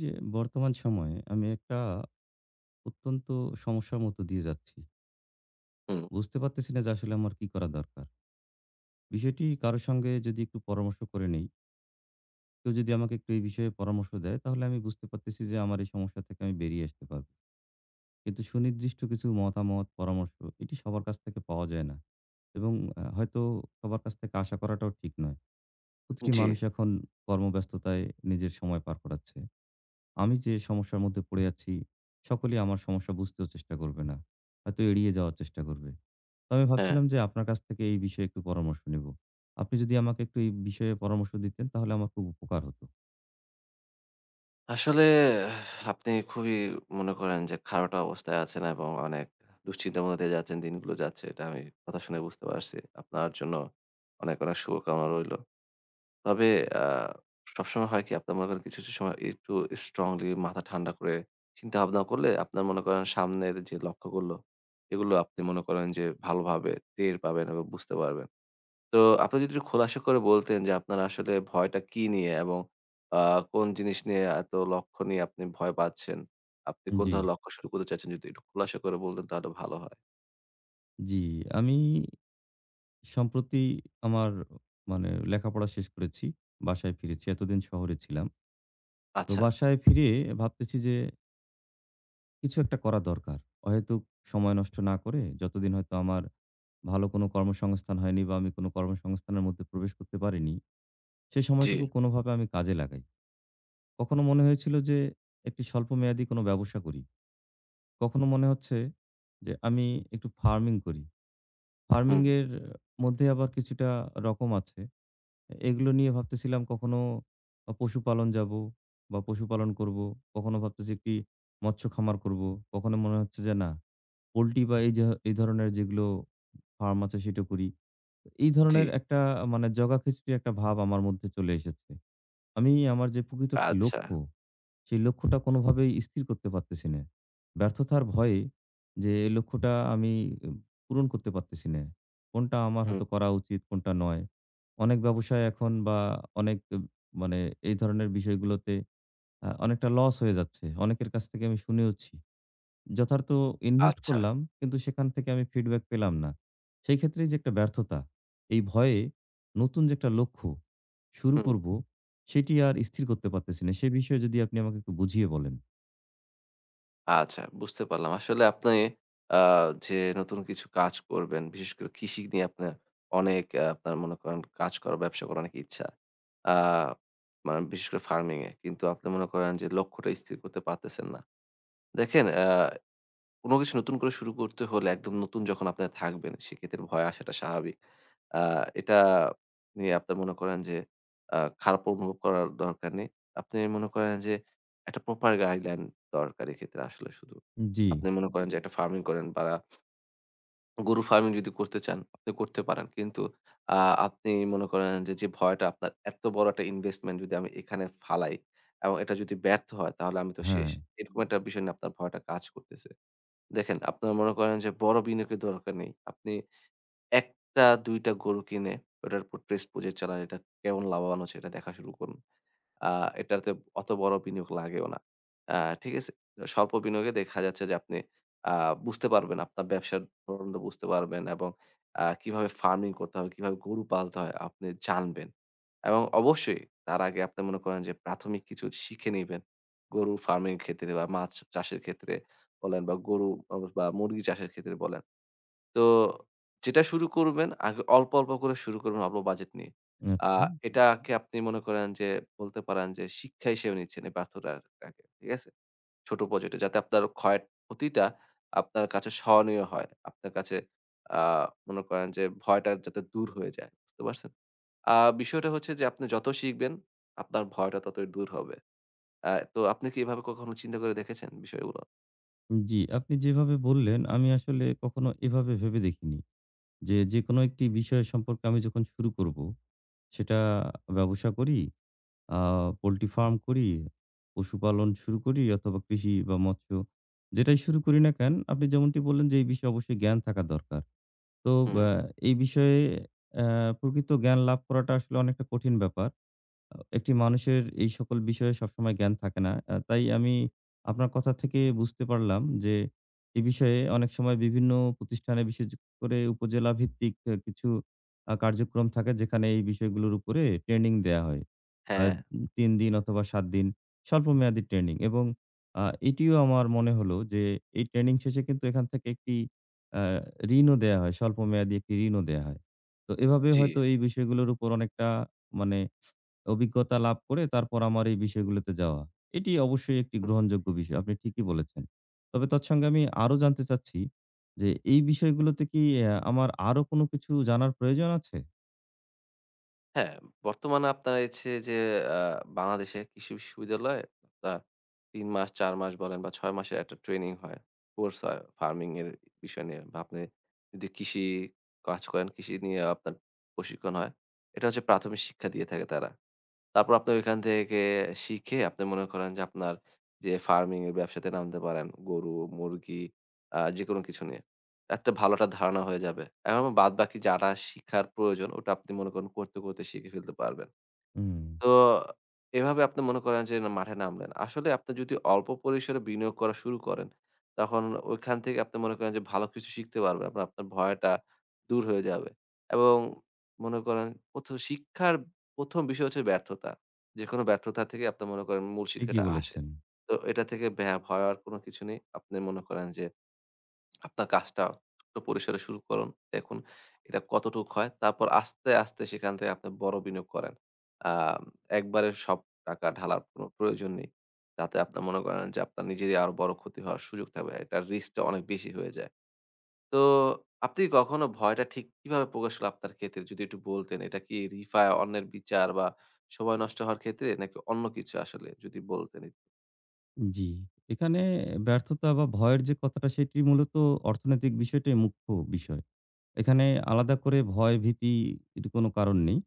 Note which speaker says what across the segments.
Speaker 1: যে বর্তমান সময়ে আমি একটা অত্যন্ত সমস্যার মতো দিয়ে যাচ্ছি।
Speaker 2: হুম,
Speaker 1: বুঝতে পারতেছি না যে আসলে আমার কি করা দরকার। বিষয়টি কারো সঙ্গে যদি একটু পরামর্শ করে নেই, কেউ যদি আমাকে একটু এই বিষয়ে পরামর্শ দেয় তাহলে আমি বুঝতে পারতেছি যে আমার এই সমস্যা থেকে আমি বেরিয়ে আসতে পারব। কিন্তু সুনির্দিষ্ট কিছু মতামত, পরামর্শ এটি সবার কাছ থেকে পাওয়া যায় না। এবং হয়তো সবার কাছ থেকে আশা করাটাও ঠিক নয়। প্রতিটি
Speaker 2: জি।
Speaker 1: মানুষ এখন কর্মব্যস্ততায় নিজের সময় পার করাচ্ছে। আমি যে সমস্যার মধ্যে পড়ে আছি সকলেই আমার সমস্যা বুঝতেও চেষ্টা করবে না। হয়তো এড়িয়ে যাওয়ার চেষ্টা করবে। তো আমি
Speaker 2: হ্যাঁ,
Speaker 1: ভাবছিলাম যে আপনার কাছ থেকে এই বিষয়ে একটু পরামর্শ নেব। আপনি যদি আমাকে একটু এই বিষয়ে পরামর্শ দিতেন তাহলে আমার খুব উপকার হতো।
Speaker 2: আসলে আপনি খুবই মনে করেন যে খারাপ অবস্থায় আছেন এবং অনেক দুশ্চিন্তার মধ্যে দিয়ে যাচ্ছেন, দিনগুলো যাচ্ছে। এটা আমি কথা শুনে বুঝতে পারছি। আপনার জন্য অনেক, অনেক শুভকামনা রইলো। তবে আ সবসময় হয় কি আপনার মনে করেন কিছু, কিছু সময় একটু স্ট্রংলি মাথা ঠান্ডা করে চিন্তাভাবনা করলে আপনার মনে করেন সামনের যে লক্ষ্যগুলো, এগুলো আপনি মনে করেন যে ভালোভাবে টের পাবেন এবং বুঝতে পারবেন। তো আপনি যদি একটু খোলাসা করে বলতেন যে আপনার আসলে ভয়টা কি নিয়ে এবং আ কোন জিনিস নিয়ে এত লক্ষ্য নিয়ে আপনি ভয় পাচ্ছেন? আপনি কোন
Speaker 1: জি।
Speaker 2: ধরনের লক্ষ্য শুরু করতে চাচ্ছেন যদি একটু খোলাসা করে বলতেন তাহলে ভালো হয়।
Speaker 1: জি, আমি সম্প্রতি আমার মানে লেখাপড়া শেষ করেছি। বাসায় ফিরেছি। এতদিন শহরে ছিলাম। তো
Speaker 2: আচ্ছা।
Speaker 1: বাসায় ফিরে ভাবতেছি যে কিছু একটা করা দরকার। অহেতুক সময় নষ্ট না করে যতদিন হয়তো আমার ভালো কোনো কর্মসংস্থান হয়নি বা আমি কোনো কর্মসংস্থানের মধ্যে প্রবেশ করতে পারিনি, সে
Speaker 2: জি।
Speaker 1: সময়টুকু কোনোভাবে আমি কাজে লাগাই। কখনো মনে হয়েছিল যে একটি স্বল্পমেয়াদী কোনো ব্যবসা করি। কখনো মনে হচ্ছে যে আমি একটু ফার্মিং করি। ফার্মিং
Speaker 2: হুম।
Speaker 1: এর মধ্যে আবার কিছুটা রকম আছে। এগুলো নিয়ে ভাবতেছিলাম কখনো পশুপালন যাবো বা পশুপালন করবো। কখনো ভাবতেছি একটি মৎস্য খামার করবো। কখনো মনে হচ্ছে যে না পোল্ট্রি বা এই যে এই ধরনের যেগুলো ফার্ম আছে সেটা করি। এই
Speaker 2: জি।
Speaker 1: ধরনের একটা মানে জগাখিচুড়ি একটা ভাব আমার মধ্যে চলে এসেছে। আমি আমার যে প্রকৃত একটি
Speaker 2: আচ্ছা।
Speaker 1: লক্ষ্য, সেই লক্ষ্যটা কোনোভাবেই স্থির করতে পারতেছি না। ব্যর্থতার ভয়ে যে এই লক্ষ্যটা আমি উম, পূরণ করতে পারতেছি না। কোনটা আমার
Speaker 2: হুম।
Speaker 1: হয়তো করা উচিত, কোনটা নয়। অনেক ব্যবসায় এখন বা অনেক মানে এই ধরনের বিষয়গুলোতে অনেকটা লস হয়ে যাচ্ছে। অনেকের কাছ থেকে আমি শুনেওছি। যথার্থ ইনভেস্ট
Speaker 2: আচ্ছা।
Speaker 1: করলাম কিন্তু সেখান থেকে আমি ফিডব্যাক পেলাম না। সেই ক্ষেত্রেই যে একটা ব্যর্থতা, এই ভয়ে নতুন যে একটা লক্ষ্য শুরু
Speaker 2: হুম।
Speaker 1: করব, সেটি আর স্থির করতে পারতেছি না। সে বিষয়ে যদি আপনি আমাকে একটু বুঝিয়ে বলেন।
Speaker 2: আচ্ছা, বুঝতে পারলাম। আসলে আপনি আ যে নতুন কিছু কাজ করবেন, বিশেষ করে কৃষি নিয়ে আপনার অনেক আপনার মনে করেন কাজ করার, ব্যবসা করার অনেক ইচ্ছা। আ মানে বিশেষ করে ফার্মিং এ। কিন্তু আপনি মনে করেন যে লক্ষ্যটা স্থির করতে পারতেছেন না। দেখেন, কোন কিছু নতুন করে শুরু করতে হলে একদম নতুন যখন আপনার থাকবেন সেক্ষেত্রে ভয় আসাটা স্বাভাবিক। আ এটা নিয়ে আপনি মনে করেন যে আ খারাপ অনুভব করার দরকার নেই। আপনি মনে করেন যে একটা প্রপার গাইডলাইন দরকার এক্ষেত্রে আসলে শুধু।
Speaker 1: জি,
Speaker 2: আপনি মনে করেন যে একটা ফার্মিং করেন বা গরু ফার্মিং যদি করতে চান, আপনি করতে পারেন। কিন্তু আ আপনি মনে করেন যে, যে ভয়টা আপনার, এত বড় একটা ইনভেস্টমেন্ট যদি আমি এখানে ফালাই এবং এটা যদি ব্যর্থ হয় তাহলে আমি তো
Speaker 1: হ্যাঁ,
Speaker 2: শেষ। এরকম একটা বিষয় নিয়ে আপনার ভয়টা কাজ করতেছে। দেখেন, আপনার মনে করেন যে বড় বিনিয়োগের দরকার নেই। আপনি একটা ২ টা গরু কিনে ওটার উপর প্রেস পুঁজে চালান। এটা কেমন লাভবান হচ্ছে এটা দেখা শুরু করুন। আ এটাতে অত বড় বিনিয়োগ লাগেও না। আ ঠিক আছে? স্বল্প বিনিয়োগে দেখা যাচ্ছে যে আপনি আ বুঝতে পারবেন, আপনার ব্যবসার ধরনটা বুঝতে পারবেন এবং কিভাবে ফার্মিং করতে হবে, কিভাবে গরু পালতে হয় আপনি জানবেন। এবং অবশ্যই তার আগে আপনি মনে করেন যে প্রাথমিক কিছু শিখে নিবেন। গরু ফার্মিং এর ক্ষেত্রে বা মাছ চাষের ক্ষেত্রে বলেন বা গরু বা মুরগি চাষের ক্ষেত্রে বলেন। তো যেটা শুরু করবেন আগে অল্প, অল্প করে শুরু করবেন অল্প বাজেট নিয়ে। আ
Speaker 1: আচ্ছা।
Speaker 2: এটাকে আপনি মনে করেন যে বলতে পারেন যে শিক্ষা হিসেবে নিচ্ছেন এই ব্যর্থতাটাকে। ঠিক আছে? ছোট বাজেটে যাতে আপনার ক্ষয়ের ক্ষতিটা আপনার কাছে স্মরণীয় হয়। আপনার কাছে আ মনে করেন যে ভয়টা যাতে দূর হয়ে যায়। বুঝতে পারছেন? আ বিষয়টা হচ্ছে যে আপনি যত শিখবেন আপনার ভয়টা ততই দূর হবে। তো আপনি কি এভাবে কখনো চিন্তা করে দেখেছেন বিষয়গুলো?
Speaker 1: জি, আপনি যেভাবে বললেন আমি আসলে কখনো এভাবে ভেবে দেখিনি যে, যেকোনো একটি বিষয় সম্পর্কে আমি যখন শুরু করব, সেটা ব্যবসা করি আ পোল্ট্রি ফার্ম করি, পশুপালন শুরু করি অথবা কৃষি বা মৎস্য যেটাই শুরু করি না কেন, আপনি যেমনটি বললেন যে এই বিষয়ে অবশ্যই জ্ঞান থাকা দরকার। তো
Speaker 2: হুম।
Speaker 1: ব্যা এই বিষয়ে অ্যা প্রকৃত জ্ঞান লাভ করাটা আসলে অনেকটা কঠিন ব্যাপার। একটি মানুষের এই সকল বিষয়ে সবসময় জ্ঞান থাকে না। তাই আমি আপনার কথা থেকে বুঝতে পারলাম যে, এ বিষয়ে অনেক সময় বিভিন্ন প্রতিষ্ঠানে বিশেষ করে উপজেলা ভিত্তিক কিছু কার্যক্রম থাকে যেখানে এই বিষয়গুলোর উপরে ট্রেনিং দেয়া হয়। আ
Speaker 2: হ্যাঁ,
Speaker 1: ৩ দিন অথবা ৭ দিন স্বল্পমেয়াদী ট্রেনিং এবং আ এটিও আমার মনে হলো যে, এই ট্রেনিং শেষে কিন্তু এখান থেকে একটি আ ঋণও দেয়া হয়। স্বল্পমেয়াদী একটি ঋণও দেয়া হয়। তো এভাবে
Speaker 2: জি।
Speaker 1: হয়তো এই বিষয়গুলোর উপর অনেকটা মানে অভিজ্ঞতা লাভ করে তারপর আমার এই বিষয়গুলোতে যাওয়া। এটি অবশ্যই একটি গ্রহণযোগ্য বিষয়। আপনি ঠিকই বলেছেন। তবে তৎসঙ্গে আমি আরো জানতে চাচ্ছি যে এই বিষয়গুলোতে কি আমার আরো কোনো কিছু জানার প্রয়োজন আছে?
Speaker 2: হ্যাঁ, বর্তমানে আপনার হচ্ছে যে আ বাংলাদেশে কৃষি বিশ্ববিদ্যালয়ে আপনার ৩ মাস, ৪ মাস বলেন বা ৬ মাসের একটা ট্রেনিং হয়। কোর্স হয় ফার্মিং এর বিষয় নিয়ে বা আপনি যদি কৃষি কাজ করেন, কৃষি নিয়ে আপনার প্রশিক্ষণ হয়। এটা হচ্ছে প্রাথমিক শিক্ষা দিয়ে থাকে তারা। তারপর আপনি ওইখান থেকে শিখে আপনি মনে করেন যে আপনার যে ফার্মিং এর ব্যবসাতে নামতে পারেন। গরু, মুরগি যেকোনো কিছু নিয়ে। একটা ভালো একটা ধারণা হয়ে যাবে। এখন বাদবাকি যাটা শিখার প্রয়োজন ওটা আপনি মনে করেন করতে, করতে শিখে ফেলতে পারবেন।
Speaker 1: হুম।
Speaker 2: তো এভাবে আপনি মনে করেন যে না মাঠে নামলেন। আসলে আপনি যদি অল্প পরিসরে বিনিয়োগ করা শুরু করেন, তখন ওইখান থেকে আপনি মনে করেন যে ভালো কিছু শিখতে পারবেন। আপনার আপনার ভয়টা দূর হয়ে যাবে এবং মনে করেন ১ম শিক্ষার ১ম বিষয় হচ্ছে ব্যর্থতা। যেকোনো ব্যর্থতা থেকে আপনি মনে করেন মূল
Speaker 1: ঠিকই
Speaker 2: শিক্ষাটা আসে।
Speaker 1: বলেছেন।
Speaker 2: তো এটা থেকে ভয় হওয়ার কোনো কিছু নেই। আপনি মনে করেন যে আপনার কাজটা ছোট্ট পরিসরে শুরু করুন। দেখুন এটা কতটুক হয়। তারপর আস্তে, আস্তে সেখান থেকে আপনি বড় বিনিয়োগ করেন। আম একবারে সব টাকা ঢালার কোনো প্রয়োজন নেই। তাতে আপনার মনে করেন যে আপনার নিজেরই আরো বড় ক্ষতি হওয়ার সুযোগ থাকবে। এটার রিস্কটা অনেক বেশি হয়ে যায়। তো আপনি কখনো ভয়টা ঠিক কিভাবে প্রকাশ হলো আপনার ক্ষেত্রে যদি একটু বলতেন? এটা কি রিফায় অন্যের বিচার বা সময় নষ্ট হওয়ার ক্ষেত্রে নাকি অন্য কিছু আসলে যদি বলতেন একটু?
Speaker 1: জি। এখানে ব্যর্থতা বা ভয়ের যে কথাটা সেটি মূলত অর্থনৈতিক বিষয়টাই মুখ্য বিষয়। এখানে আলাদা করে ভয়, ভীতির কোনো কারণ নেই।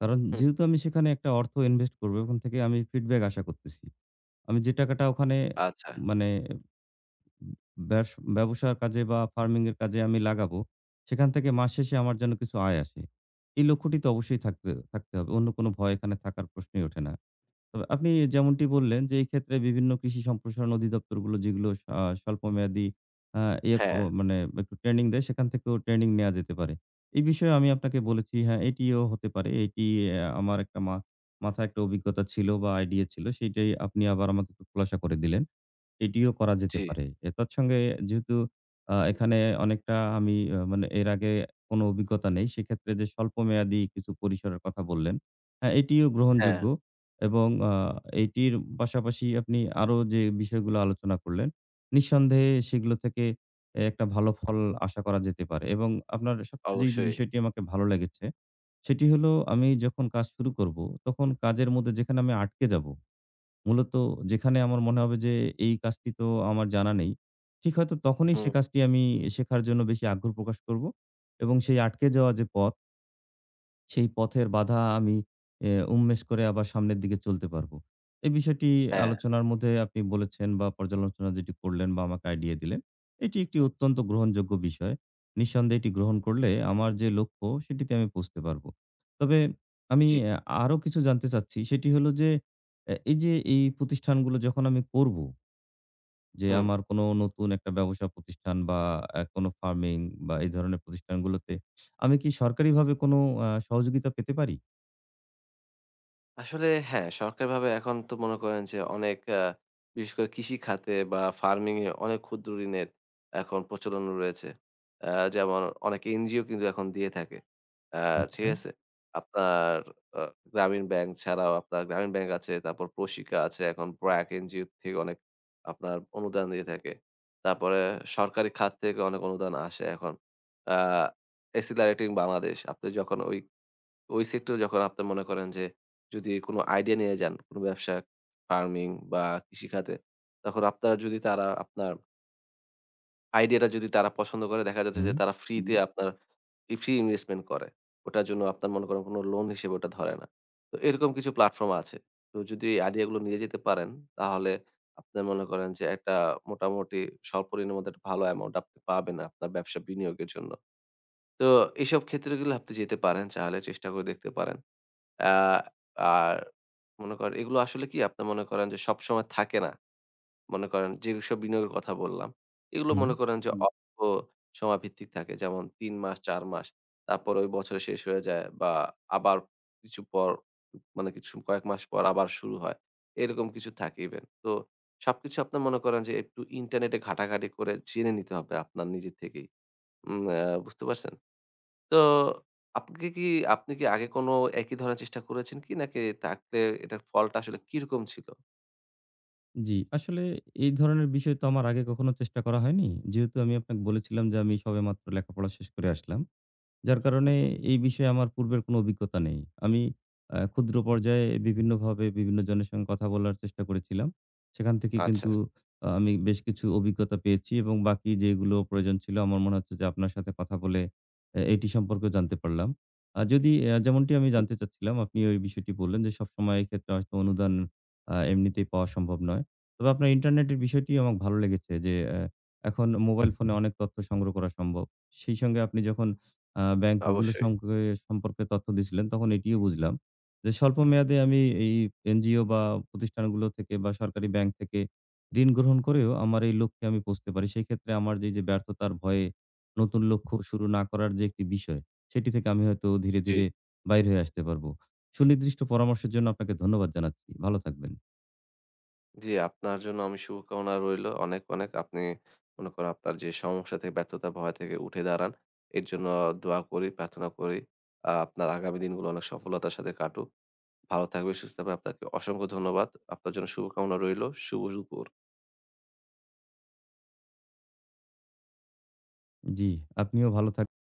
Speaker 1: কারণ
Speaker 2: হুম,
Speaker 1: যেহেতু আমি সেখানে একটা অর্থ ইনভেস্ট করব, ওখান থেকে আমি ফিডব্যাক আশা করতেছি। আমি যে টাকাটা ওখানে
Speaker 2: আচ্ছা।
Speaker 1: মানে ব্যস ব্যবসার কাজে বা ফার্মিং এর কাজে আমি লাগাবো, সেখান থেকে মাস শেষে আমার যেন কিছু আয় আসে। এই লক্ষ্যটি তো অবশ্যই থাকতে থাকতে হবে। অন্য কোনো ভয় এখানে থাকার প্রশ্নই ওঠে না। তবে আপনি যেমনটি বললেন যে, এই ক্ষেত্রে বিভিন্ন কৃষি সম্প্রসারণ অধিদপ্তরগুলো যেগুলো স্বল্পমেয়াদী আ ইয়ে ক
Speaker 2: হ্যাঁ,
Speaker 1: মানে একটু ট্রেনিং দেয়, সেখান থেকেও ট্রেনিং নেয়া যেতে পারে। এই বিষয়ে আমি আপনাকে বলেছি, হ্যাঁ, এটিও হতে পারে। এটি আমার একটা মাথায় একটা অভিজ্ঞতা ছিল বা আইডিয়া ছিল, সেইটাই আপনি আবার আমাকে একটু খোলাসা করে দিলেন। এটিও করা যেতে
Speaker 2: জি,
Speaker 1: পারে। এ তৎসঙ্গে যেহেতু এখানে অনেকটা আমি মানে এর আগে কোনো অভিজ্ঞতা নেই। সেক্ষেত্রে যে স্বল্পমেয়াদী কিছু পরিসরের কথা বললেন, হ্যাঁ, এটিও
Speaker 2: হ্যাঁ,
Speaker 1: গ্রহণযোগ্য এবং এটির পাশাপাশি আপনি আরো যে বিষয়গুলো আলোচনা করলেন, নিঃসন্দেহে সেগুলো থেকে এ একটা ভালো ফল আশা করা যেতে পারে এবং আপনার সবচেয়ে যেই যে
Speaker 2: অবশ্যই।
Speaker 1: বিষয়টি আমাকে ভালো লেগেছে, সেটি হলো আমি যখন কাজ শুরু করব, তখন কাজের মধ্যে যেখানে আমি আটকে যাব মূলত যেখানে আমার মনে হবে যে এই কাজটি তো আমার জানা নেই। ঠিক হয়তো তখনই সে
Speaker 2: হুম,
Speaker 1: কাজটি আমি শেখার জন্য বেশি আগ্রহ প্রকাশ করব এবং সেই আটকে যাওয়া যে পথ সেই পথের বাধা আমি এ উন্মেষ করে আবার সামনের দিকে চলতে পারবো। এই বিষয়টি
Speaker 2: হ্যাঁ,
Speaker 1: আলোচনার মধ্যে আপনি বলেছেন বা পর্যালোচনা যেটি করলেন বা আমাকে আইডিয়া দিলেন, এটি একটি অত্যন্ত গ্রহণযোগ্য বিষয়। নিঃসন্দেহে এটি গ্রহণ করলে আমার যে লক্ষ্য সেটিতে আমি পৌঁছতে পারবো। তবে আমি
Speaker 2: জি।
Speaker 1: আ আরো কিছু জানতে চাচ্ছি সেটি হলো যে, এ এই যে এই প্রতিষ্ঠানগুলো যখন আমি করবো যে
Speaker 2: হুম,
Speaker 1: আমার কোনো নতুন একটা ব্যবসা প্রতিষ্ঠান বা কোনো ফার্মিং বা এই ধরনের প্রতিষ্ঠানগুলোতে আমি কি সরকারিভাবে কোনো সহযোগিতা পেতে পারি?
Speaker 2: আসলে হ্যাঁ, সরকারিভাবে এখন তো মনে করেন যে অনেক বিশেষ করে কৃষি খাতে বা ফার্মিং এ অনেক ক্ষুদ্র ঋণের এখন প্রচলন রয়েছে। আ যেমন অনেক এনজিও কিন্তু এখন দিয়ে থাকে। আ
Speaker 1: আচ্ছা।
Speaker 2: ঠিক আছে? আপনার আ গ্রামীণ ব্যাংক ছাড়াও আপনার গ্রামীণ ব্যাংক আছে, তারপর প্রশিকা আছে, এখন ব্র্যাক এনজিও থেকে অনেক আপনার অনুদান দিয়ে থাকে। তারপরে সরকারি খাত থেকে অনেক অনুদান আসে এখন। আ এক্সিলারেটিং বাংলাদেশ আপনি যখন ওই ওই সেক্টরে যখন আপনি মনে করেন যে, যদি কোনো আইডিয়া নিয়ে যান, কোনো ব্যবসা, ফার্মিং বা কৃষিখাতে, তখন আপনারা যদি তারা আপনার আইডিয়াটা যদি তারা পছন্দ করে, দেখা যাচ্ছে
Speaker 1: হুম,
Speaker 2: যে তারা ফ্রিতে, হুম, আপনার ই ফ্রি ইনভেস্টমেন্ট করে। ওটার জন্য আপনার মনে করেন কোনো লোন হিসেবে ওটা ধরে না। তো এরকম কিছু প্ল্যাটফর্ম আছে। তো যদি এই আইডিয়াগুলো নিয়ে যেতে পারেন, তাহলে আপনি মনে করেন যে একটা মোটামুটি স্বল্প ঋণের মধ্যে একটা ভালো অ্যামাউন্ট আপনি পাবেন আপনার ব্যবসা বিনিয়োগের জন্য। তো এসব ক্ষেত্রগুলো আপনি যেতে পারেন, চাইলে চেষ্টা করে দেখতে পারেন। আ আর মনে করেন এগুলো আসলে কি আপনি মনে করেন যে সবসময় থাকে না। মনে করেন যেসব বিনিয়োগের কথা বললাম, এগুলো
Speaker 1: হুম।
Speaker 2: মনে করেন যে, হুম, অল্প সময়ভিত্তিক থাকে। যেমন ৩ মাস, ৪ মাস। তারপরে ওই বছর শেষ হয়ে যায় বা আবার কিছু পর মানে কিছু কয়েক মাস পর আবার শুরু হয়। এরকম কিছু থাকে ইভেন। তো সবকিছু আপনার মনে করেন যে একটু ইন্টারনেটে ঘাটাঘাটি করে জেনে নিতে হবে আপনার নিজে থেকেই। উম আ বুঝতে পারছেন? তো আপনি কি আপনি কি আগে কোনো একই ধরনের চেষ্টা করেছেন কি? নাকি থাকলে এটার ফলটা আসলে কিরকম ছিল?
Speaker 1: জি, আসলে এই ধরনের বিষয় তো আমার আগে কখনো চেষ্টা করা হয়নি। যেহেতু আমি আপনাকে বলেছিলাম যে আমি সবেমাত্র লেখাপড়া শেষ করে আসলাম। যার কারণে
Speaker 2: হুম,
Speaker 1: এই বিষয়ে আমার পূর্বের কোনো অভিজ্ঞতা নেই। আমি ক্ষুদ্র পর্যায়ে বিভিন্নভাবে বিভিন্ন জনের সঙ্গে কথা বলার চেষ্টা করেছিলাম। সেখান থেকে
Speaker 2: আচ্ছা।
Speaker 1: কিন্তু আমি বেশ কিছু অভিজ্ঞতা পেয়েছি এবং বাকি যেগুলো প্রয়োজন ছিল আমার মনে হচ্ছে যে আপনার সাথে কথা বলে এ এটি সম্পর্কেও জানতে পারলাম। আ যদি আ যেমনটি আমি
Speaker 2: হুম,
Speaker 1: জানতে চাচ্ছিলাম আপনি ওই বিষয়টি বললেন যে সবসময় এক্ষেত্রে হয়তো অনুদান এমনিতেই পাওয়া সম্ভব নয়। তবে আপনার ইন্টারনেটের বিষয়টি আমার ভালো লেগেছে যে এ এখন মোবাইল ফোনে অনেক তথ্য সংগ্রহ করা সম্ভব। সেই সঙ্গে আপনি যখন ব্যাংকগুলো
Speaker 2: অবশ্যই।
Speaker 1: সম্পর্কে সম্পর্কে তথ্য দিয়েছিলেন, তখন এটিও বুঝলাম যে স্বল্প মেয়াদে আমি এই এনজিও বা প্রতিষ্ঠানগুলো থেকে বা সরকারি ব্যাংক থেকে ঋণ গ্রহণ করেও আমার এই লক্ষ্যে আমি পৌঁছতে পারি। সেক্ষেত্রে আমার যে ব্যর্থতার ভয়ে নতুন লক্ষ্য শুরু না করার যে একটি বিষয়, সেটি থেকে আমি হয়তো ধীরে,
Speaker 2: জি,
Speaker 1: ধীরে বাইর হয়ে আসতে পারবো। সুনির্দিষ্ট পরামর্শের জন্য আপনাকে ধন্যবাদ জানাচ্ছি। ভালো থাকবেন।
Speaker 2: জি, আপনার জন্য আমি শুভকামনা রইলো। অনেক, অনেক আপনি মনে করেন আপনার যে সমস্যা থেকে ব্যর্থতা, ভয় থেকে উঠে দাঁড়ান। এর জন্য দোয়া করি, প্রার্থনা করি। আপনার আগামী দিনগুলো অনেক সফলতার সাথে কাটুক। ভালো থাকবেন, সুস্থ থাকবেন। আপনাকে অসংখ্য ধন্যবাদ। আপনার জন্য শুভকামনা রইলো। শুভ দুপুর।
Speaker 1: জি, আপনিও ভালো থাক